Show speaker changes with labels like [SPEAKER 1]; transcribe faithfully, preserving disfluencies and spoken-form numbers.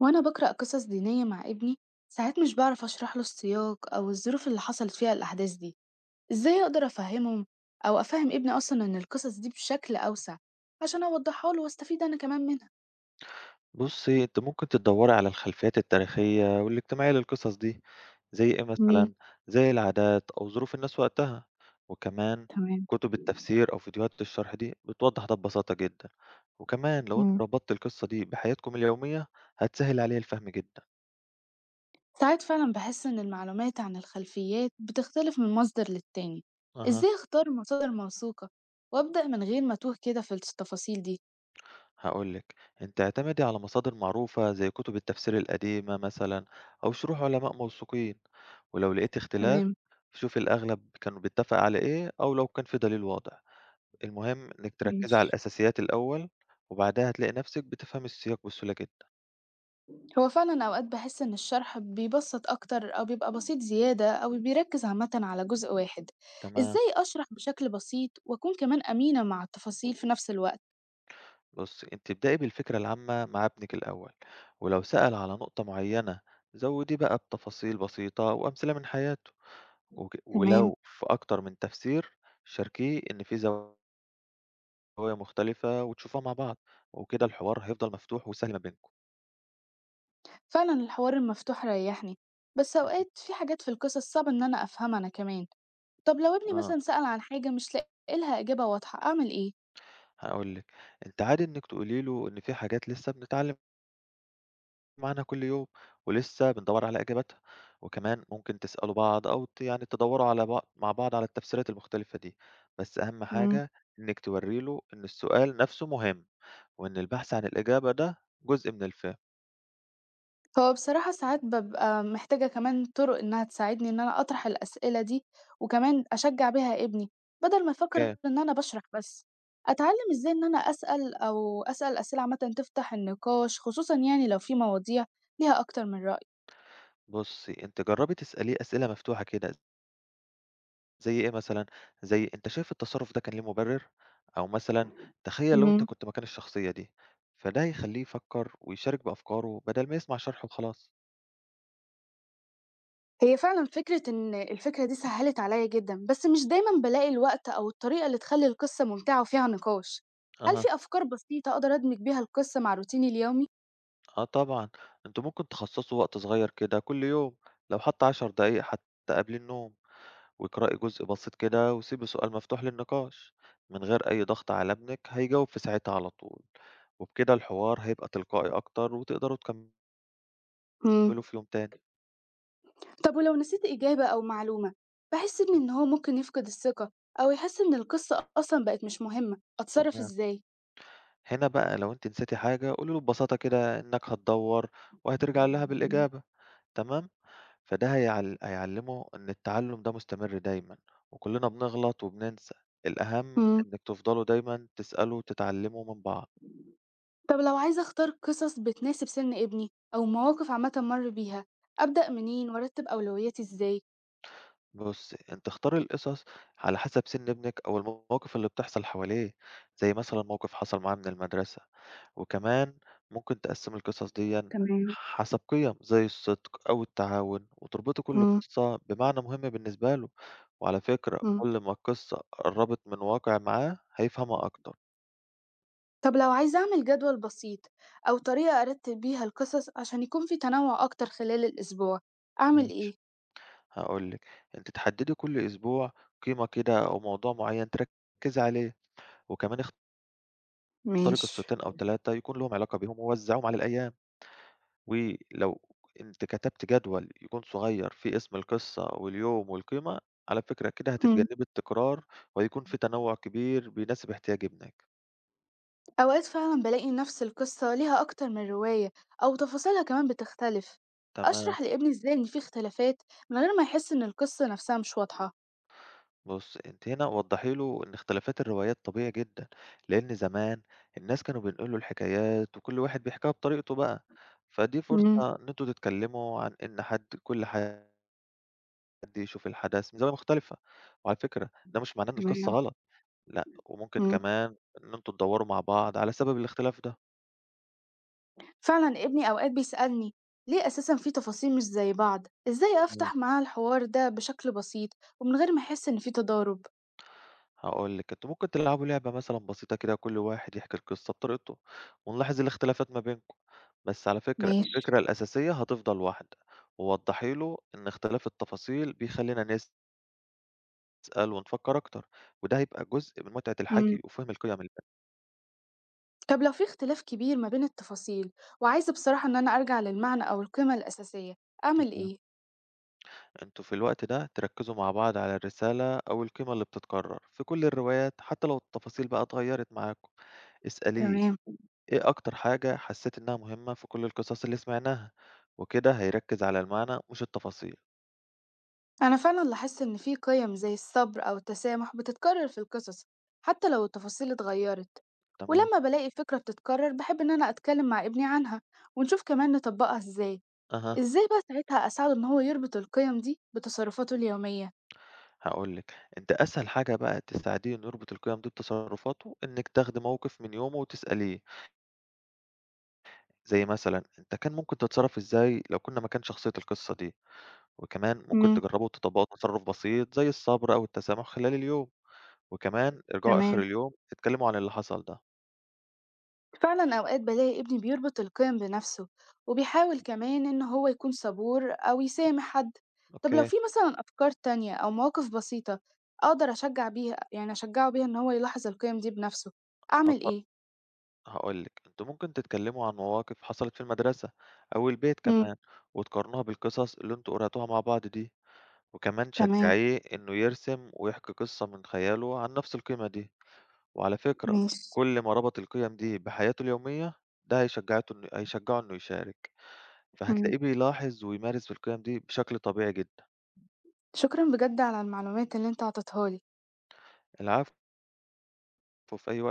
[SPEAKER 1] وأنا بقرأ قصص دينية مع ابني. ساعات مش بعرف أشرح له السياق أو الظروف اللي حصلت فيها الأحداث دي. إزاي أقدر أفهمهم أو أفهم ابني أصلا إن القصص دي بشكل أوسع، عشان أوضحها له وأستفيد أنا كمان منها؟
[SPEAKER 2] بُصّي، أنتِ ممكن تدوّري على الخلفيات التاريخية والاجتماعية للقصص دي، زي إيه
[SPEAKER 1] امم
[SPEAKER 2] مثلًا، زي العادات أو ظروف الناس وقتها، وكمان
[SPEAKER 1] تمام.
[SPEAKER 2] كتب التفسير أو فيديوهات الشرح دي بتوضّح ده ببساطة جدًا، وكمان لو أنتِ
[SPEAKER 1] امم
[SPEAKER 2] ربطتِ القصة دي بحياتكم اليومية هتسهّل عليها الفهم جدًا.
[SPEAKER 1] ساعات فعلا بحس إن المعلومات عن الخلفيات بتختلف من مصدر للتاني.
[SPEAKER 2] أها،
[SPEAKER 1] إزاي أختار مصادر موثوقة وأبدأ من غير ما أتوه كده في التفاصيل دي؟
[SPEAKER 2] هاقول لِك، أنتِ اعتمدي على مصادر معروفة زي كتب التفسير القديمة مثلًا أو شروح علماء موثوقين، ولو لقيتِ اختلاف
[SPEAKER 1] تمام.
[SPEAKER 2] شوفي الأغلب كانوا بيتّفق على إيه أو لو كان في دليل واضح. المهم إنِّك تركّزي
[SPEAKER 1] ماشي.
[SPEAKER 2] على الأساسيات الأول، وبعدها هتلاقي نَفْسِك بتفهمي السياق بسهولة جدًا.
[SPEAKER 1] هو فعلا أوقات بحس إن الشرح بيبسط أكتر أو بيبقى بسيط زيادة أو بيركز عامة على جزء واحد.
[SPEAKER 2] تمام،
[SPEAKER 1] إزاي أشرح بشكل بسيط وأكون كمان أمينة مع التفاصيل في نفس الوقت؟
[SPEAKER 2] بُصّي أنتِ ابدئي بالفكرة العامة مع ابنِك الأول، ولو سأل على نقطة معيّنة زوّديه بقى بتفاصيل بسيطة وأمثلة من حياته، وك
[SPEAKER 1] تمام.
[SPEAKER 2] ولو في أكتر من تفسير شاركيه إن في زوايا مختلفة وتشوفوها مع بعض، وكده الحوار هيفضل مفتوح وسهل ما بينكم.
[SPEAKER 1] فعلا الحوار المفتوح ريحني، بس أوقات في حاجات في القصص صعب إن أنا أفهمها أنا كمان. طب لو ابني
[SPEAKER 2] اهم، آه،
[SPEAKER 1] مثلا سأل عن حاجة مش لاقي لها إجابة واضحة، أعمل إيه؟
[SPEAKER 2] هاقول لِك، أنتِ عادي إنِّك تقولي له إن في حاجات لسه بنتعلم معانا كل يوم ولسه بندوّر على إجاباتها، وكمان ممكن تسألوا بعض أو ت يعني تدوّروا على بع مع بعض على التفسيرات المختلفة دي، بس أهم حاجة إنِّك تورّي له إن السؤال نَفْسه مهم، وإن البحث عن الإجابة ده جزء من الفهم.
[SPEAKER 1] هو بصراحة ساعات بابقى محتاجة كمان طُرق إنها تساعدني إن أنا أطرح الأسئلة دي، وكمان أشجّع بيها ابني، بدل ما يفكّر
[SPEAKER 2] كام
[SPEAKER 1] إن أنا باشرح بس. أتعلّم إزاي إن أنا أسأل أو أسأل أسئلة عامةً تفتح النقاش، خصوصًا يعني لو في مواضيع ليها أكتر من رأي.
[SPEAKER 2] بُصّي، أنتِ جرّبي تسأليه أسئلة مفتوحة كده، زي إيه مثلًا، زي أنت شايف التصرُّف ده كان ليه مُبرِّر؟ أو مثلًا تخيّل لو أنت
[SPEAKER 1] إمم.
[SPEAKER 2] كنت مكان الشخصية دي، فده هيخلّيه يفكّر ويشارك بأفكاره بدل ما يسمع شرح وخلاص.
[SPEAKER 1] هي فعلًا فكرة إن الفكرة دي سهّلت عليّا جدًا، بس مش دايمًا بالاقي الوقت أو الطريقة اللي تخلّي القصة ممتعة وفيها نقاش. هل
[SPEAKER 2] أها.
[SPEAKER 1] في أفكار بسيطة أقدر أدمج بيها القصة مع روتيني اليومي؟
[SPEAKER 2] آه طبعًا، أنتم ممكن تخصصوا وقت صغير كده كل يوم، لو حتى 10 دقايق حتى قبل النوم، واقرأي جزء بسيط كده وسيبي سؤال مفتوح للنقاش، من غير أي ضغط على ابنك هيجاوب في ساعتها على طول، وبكده الحوار هيبقى تلقائي أكتر وتقدروا تكملوا
[SPEAKER 1] إمم.
[SPEAKER 2] في يوم تاني،
[SPEAKER 1] طب ولو نسيت إجابة أو معلومة، بحس إن إن هو ممكن يفقد الثقة أو يحس إن القصة أصلا بقت مش مهمة، أتصرف
[SPEAKER 2] تمام.
[SPEAKER 1] إزاي؟
[SPEAKER 2] هنا بقى لو أنتِ نسيتِ حاجة قولي له ببساطة كده إنك هتدوّر وهترجع لها بالإجابة، تمام؟ فده هيعل هيعلّمه إن التعلُّم ده مستمر دايمًا، وكُلّنا بنغلط وبننسى، الأهم
[SPEAKER 1] مم.
[SPEAKER 2] إنِّك تفضلوا دايمًا تسألوا وتتعلّموا من بعض.
[SPEAKER 1] طب لو عايزة أختار قصص بتناسب سن ابني أو مواقف عامة مر بيها، أبدأ منين وأرتب أولوياتي إزاي؟
[SPEAKER 2] بُصّي، أنتِ اختاري القصص على حسب سِن ابنِك أو المواقف اللي بتحصل حواليه، زي مثلًا موقف حصل معاه من المدرسة، وكمان ممكن تقسّمي القصص ديًا
[SPEAKER 1] تمام.
[SPEAKER 2] حسب قِيَم زي الصدق أو التعاون، وتربطي كل
[SPEAKER 1] مم.
[SPEAKER 2] قصة بمعنى مهم بالنسبة له، وعلى فكرة
[SPEAKER 1] مم.
[SPEAKER 2] كل ما القصة قرّبت من واقع معاه هيفهمها أكتر.
[SPEAKER 1] طب لو عايزة أعمل جدول بسيط أو طريقة أرتب بيها القصص عشان يكون في تنوع أكتر خلال الأسبوع، أعمل إيه؟
[SPEAKER 2] ماشي. هاقول لِك، أنتِ تحددي كل أسبوع قيمة كده أو موضوع معيّن تركّزي عليه، وكمان اختاري
[SPEAKER 1] ماشي.
[SPEAKER 2] قصتين أو ثلاثة يكون لهم علاقة بيهم ووزّعيهم على الأيام، ولو أنتِ كتبتِ جدول يكون صغير فيه اسم القصة واليوم والقيمة، على فكرة كده
[SPEAKER 1] مم.
[SPEAKER 2] هتتجنبي التكرار وهيكون في تنوع كبير بيناسب احتياج ابنِك.
[SPEAKER 1] أوقات فعلا بلاقي نفس القصة ليها أكتر من رواية أو تفاصيلها كمان بتختلف.
[SPEAKER 2] تما
[SPEAKER 1] أشرح لابني إزاي إن في اختلافات من غير ما يحس إن القصة نفسها مش واضحة؟
[SPEAKER 2] بُص، أنتِ هنا وضّحي له إن اختلافات الروايات طبيعي جدًا، لإن زمان الناس كانوا بينقلوا الحكايات وكل واحد بيحكيها بطريقته بقى، فدي
[SPEAKER 1] امم
[SPEAKER 2] فرصة إن أنتم تتكلموا عن إن حد كل حد يشوف الحدث من زاوية مختلفة، وعلى فكرة ده مش معناه إن القصة
[SPEAKER 1] تمام.
[SPEAKER 2] غلط، لأ، وممكن
[SPEAKER 1] امم
[SPEAKER 2] كمان إن أنتم تدوّروا مع بعض على سبب الاختلاف ده.
[SPEAKER 1] فعلا ابني أوقات بيسألني ليه أساسا في تفاصيل مش زي بعض. إزاي أفتح معاه الحوار ده بشكل بسيط ومن غير ما يحس إن في تضارب؟
[SPEAKER 2] هاقول لِك، أنتم ممكن تلعبوا لعبة مثلًا بسيطة كده كل واحد يحكي القصة بطريقته، ونلاحظ الاختلافات ما بينكم، بس على فكرة
[SPEAKER 1] ماشي.
[SPEAKER 2] الفكرة الأساسية هتفضل واحدة، ووضحي له إن اختلاف التفاصيل بيخلّينا نسأل ونفكر أكتر، وده هيبقى جزء من متعة
[SPEAKER 1] امم
[SPEAKER 2] الحكي وفهم القيم اللي
[SPEAKER 1] طب لو في اختلاف كبير ما بين التفاصيل وعايزة بصراحة إن أنا أرجع للمعنى أو القيمة الأساسية، أعمل
[SPEAKER 2] تمام.
[SPEAKER 1] إيه؟
[SPEAKER 2] أنتم في الوقت ده تركزوا مع بعض على الرسالة أو القيمة اللي بتتكرر في كل الروايات، حتى لو التفاصيل بقى اتغيرت معاكم، اسأليه
[SPEAKER 1] تمام.
[SPEAKER 2] إيه أكتر حاجة حسيت إنها مهمة في كل القصص اللي سمعناها؟ وكده هيركز على المعنى مش التفاصيل،
[SPEAKER 1] أنا فعلا لاحظت إن في قيم زي الصبر أو التسامح بتتكرر في القصص حتى لو التفاصيل اتغيرت.
[SPEAKER 2] تمام؟
[SPEAKER 1] ولما بلاقي فكرة بتتكرر بحب إن أنا أتكلم مع ابني عنها ونشوف كمان نطبقها إزاي.
[SPEAKER 2] أها
[SPEAKER 1] إزاي بقى ساعتها أساعده إن هو يربط القيم دي بتصرفاته اليومية؟
[SPEAKER 2] هاقول لك، أنت أسهل حاجة بقى تساعديه إنه يربط القيم دي بتصرفاته إنك تاخدي موقف من يومه وتسأليه، زي مثلا أنت كان ممكن تتصرف إزاي لو كنا مكان شخصية القصة دي؟ وكمان ممكن
[SPEAKER 1] امم
[SPEAKER 2] تجربوا تطبقوا تصرف بسيط زي الصبر أو التسامح خلال اليوم، وكمان ارجعوا آخر
[SPEAKER 1] تمام.
[SPEAKER 2] اليوم اتكلموا عن اللي حصل ده،
[SPEAKER 1] فعلا أوقات بلاقي ابني بيربط القيم بنفسه وبيحاول كمان إن هو يكون صبور أو يسامح حد. طب لو
[SPEAKER 2] أوكي؟
[SPEAKER 1] في مثلا أفكار تانية أو مواقف بسيطة أقدر أشجع بيها، يعني أشجعه بيها إن هو يلاحظ القيم دي بنفسه، أعمل إيه؟
[SPEAKER 2] هاقول لِك، أنتم ممكن تتكلموا عن مواقف حصلت في المدرسة أو البيت
[SPEAKER 1] مم.
[SPEAKER 2] كمان، وتقارنوها بالقصص اللي أنتم قرأتوها مع بعض دي، وكمان
[SPEAKER 1] تمام.
[SPEAKER 2] شجعيه إنه يرسم ويحكي قصة من خياله عن نفس القيمة دي، وعلى فكرة
[SPEAKER 1] ماشي.
[SPEAKER 2] كل ما ربط القيم دي بحياته اليومية ده هيشجعته إنه هيشجعه إنه يشارك،
[SPEAKER 1] مم.
[SPEAKER 2] فهتلاقيه بيلاحظ ويمارس القيم دي بشكل طبيعي جدًا.
[SPEAKER 1] شكرا بجد على المعلومات اللي انت عطيتها لي.
[SPEAKER 2] العفو في أي وقت.